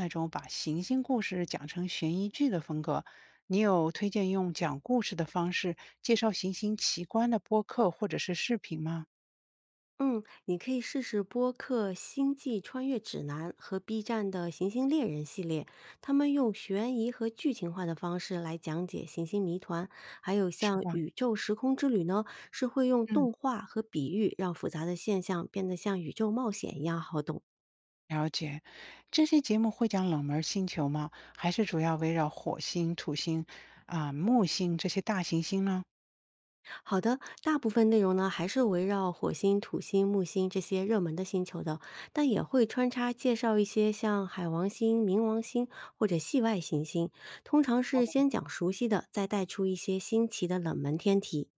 那种把行星故事讲成悬疑剧的风格。你有推荐用讲故事的方式介绍行星奇观的播客或者是视频吗？嗯，你可以试试播客《星际穿越指南》和 B 站的《行星猎人》系列，他们用悬疑和剧情化的方式来讲解行星谜团。还有是像吧？《宇宙时空之旅》呢，是会用嗯，动画和比喻让复杂的现象变得像宇宙冒险一样好懂。了解。这些节目会讲冷门星球吗？还是主要围绕火星、土星、木星这些大行星呢？好的，大部分内容呢还是围绕火星、土星、木星这些热门的星球的，但也会穿插介绍一些像海王星、冥王星或者系外行星。通常是哦，先讲熟悉的，再带出一些新奇的冷门天体。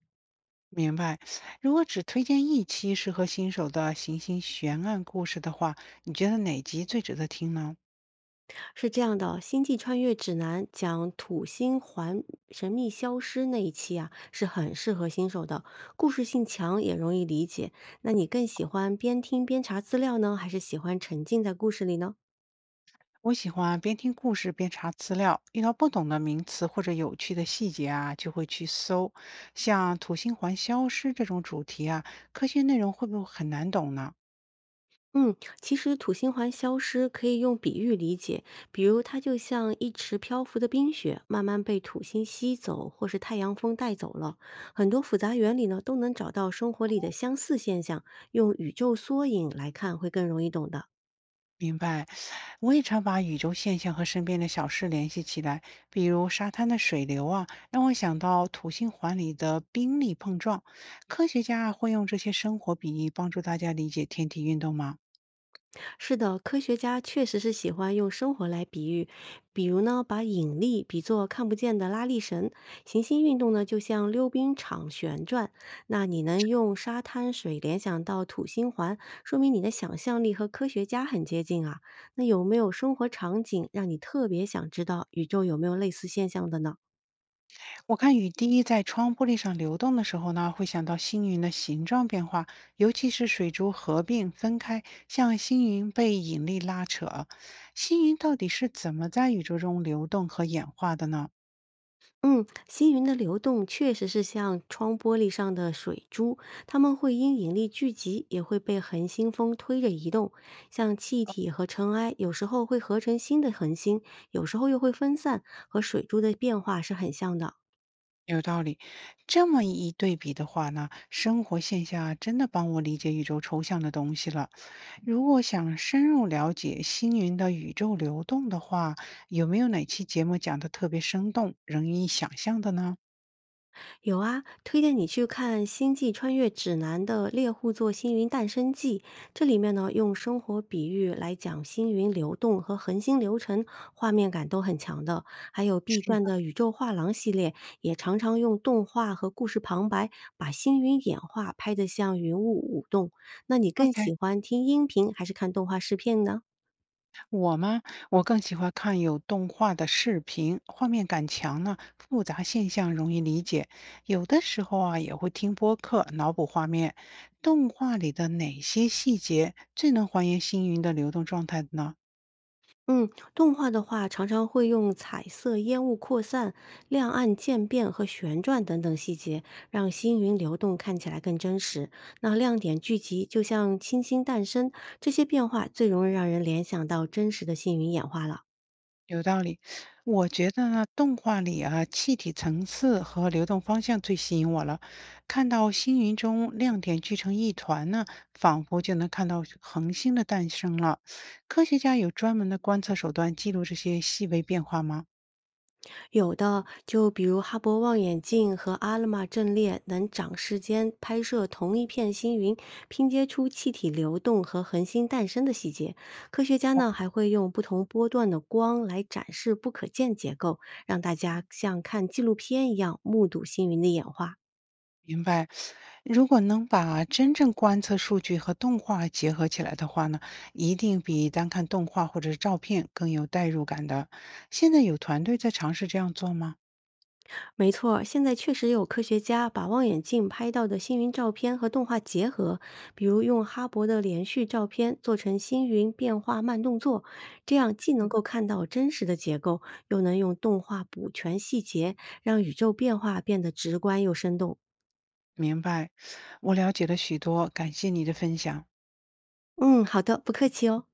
明白。如果只推荐一期适合新手的行星悬案故事的话，你觉得哪集最值得听呢？是这样的，《星际穿越指南》讲土星环神秘消失那一期啊，是很适合新手的，故事性强也容易理解。那你更喜欢边听边查资料呢，还是喜欢沉浸在故事里呢？我喜欢边听故事边查资料，遇到不懂的名词或者有趣的细节啊，就会去搜。像土星环消失这种主题啊，科学内容会不会很难懂呢？嗯，其实土星环消失可以用比喻理解，比如它就像一池漂浮的冰雪，慢慢被土星吸走，或是太阳风带走了。很多复杂原理呢，都能找到生活里的相似现象，用宇宙缩影来看会更容易懂的。明白，我也常把宇宙现象和身边的小事联系起来，比如沙滩的水流啊，让我想到土星环里的冰力碰撞。科学家啊会用这些生活比喻帮助大家理解天体运动吗？是的，科学家确实是喜欢用生活来比喻，比如呢，把引力比作看不见的拉力绳，行星运动呢就像溜冰场旋转。那你能用沙滩水联想到土星环，说明你的想象力和科学家很接近啊。那有没有生活场景让你特别想知道宇宙有没有类似现象的呢？我看雨滴在窗玻璃上流动的时候呢，会想到星云的形状变化，尤其是水珠合并分开，像星云被引力拉扯。星云到底是怎么在宇宙中流动和演化的呢？嗯，星云的流动确实是像窗玻璃上的水珠，它们会因引力聚集，也会被恒星风推着移动。像气体和尘埃，有时候会合成新的恒星，有时候又会分散，和水珠的变化是很像的。有道理。这么一对比的话呢，生活现象真的帮我理解宇宙抽象的东西了。如果想深入了解星云的宇宙流动的话，有没有哪期节目讲的特别生动、容易想象的呢有啊，推荐你去看《星际穿越指南》的《猎户座星云诞生记》，这里面呢用生活比喻来讲星云流动和恒星流程，画面感都很强的。还有 B 是段的，的《宇宙画廊》系列，也常常用动画和故事旁白把星云演化拍得像云雾舞动。那你更？OK，喜欢听音频还是看动画视频呢？我吗？我更喜欢看有动画的视频，画面感强呢，复杂现象容易理解。有的时候啊，也会听播客脑补画面。动画里的哪些细节最能还原星云的流动状态呢？嗯，动画的话常常会用彩色烟雾扩散、亮暗渐变和旋转等等细节，让星云流动看起来更真实。那亮点聚集，就像星星诞生，这些变化最容易让人联想到真实的星云演化了。有道理，我觉得呢，动画里啊，气体层次和流动方向最吸引我了。看到星云中亮点聚成一团呢，仿佛就能看到恒星的诞生了。科学家有专门的观测手段记录这些细微变化吗？有的，就比如哈勃望远镜和阿勒玛阵列，能长时间拍摄同一片星云，拼接出气体流动和恒星诞生的细节。科学家呢还会用不同波段的光来展示不可见结构，让大家像看纪录片一样目睹星云的演化。明白。如果能把真正观测数据和动画结合起来的话呢，一定比单看动画或者是照片更有代入感的。现在有团队在尝试这样做吗？没错儿，现在确实有科学家把望远镜拍到的星云照片和动画结合，比如用哈勃的连续照片做成星云变化慢动作，这样既能够看到真实的结构，又能用动画补全细节，让宇宙变化变得直观又生动。明白，我了解了许多，感谢你的分享。嗯，好的，不客气哦。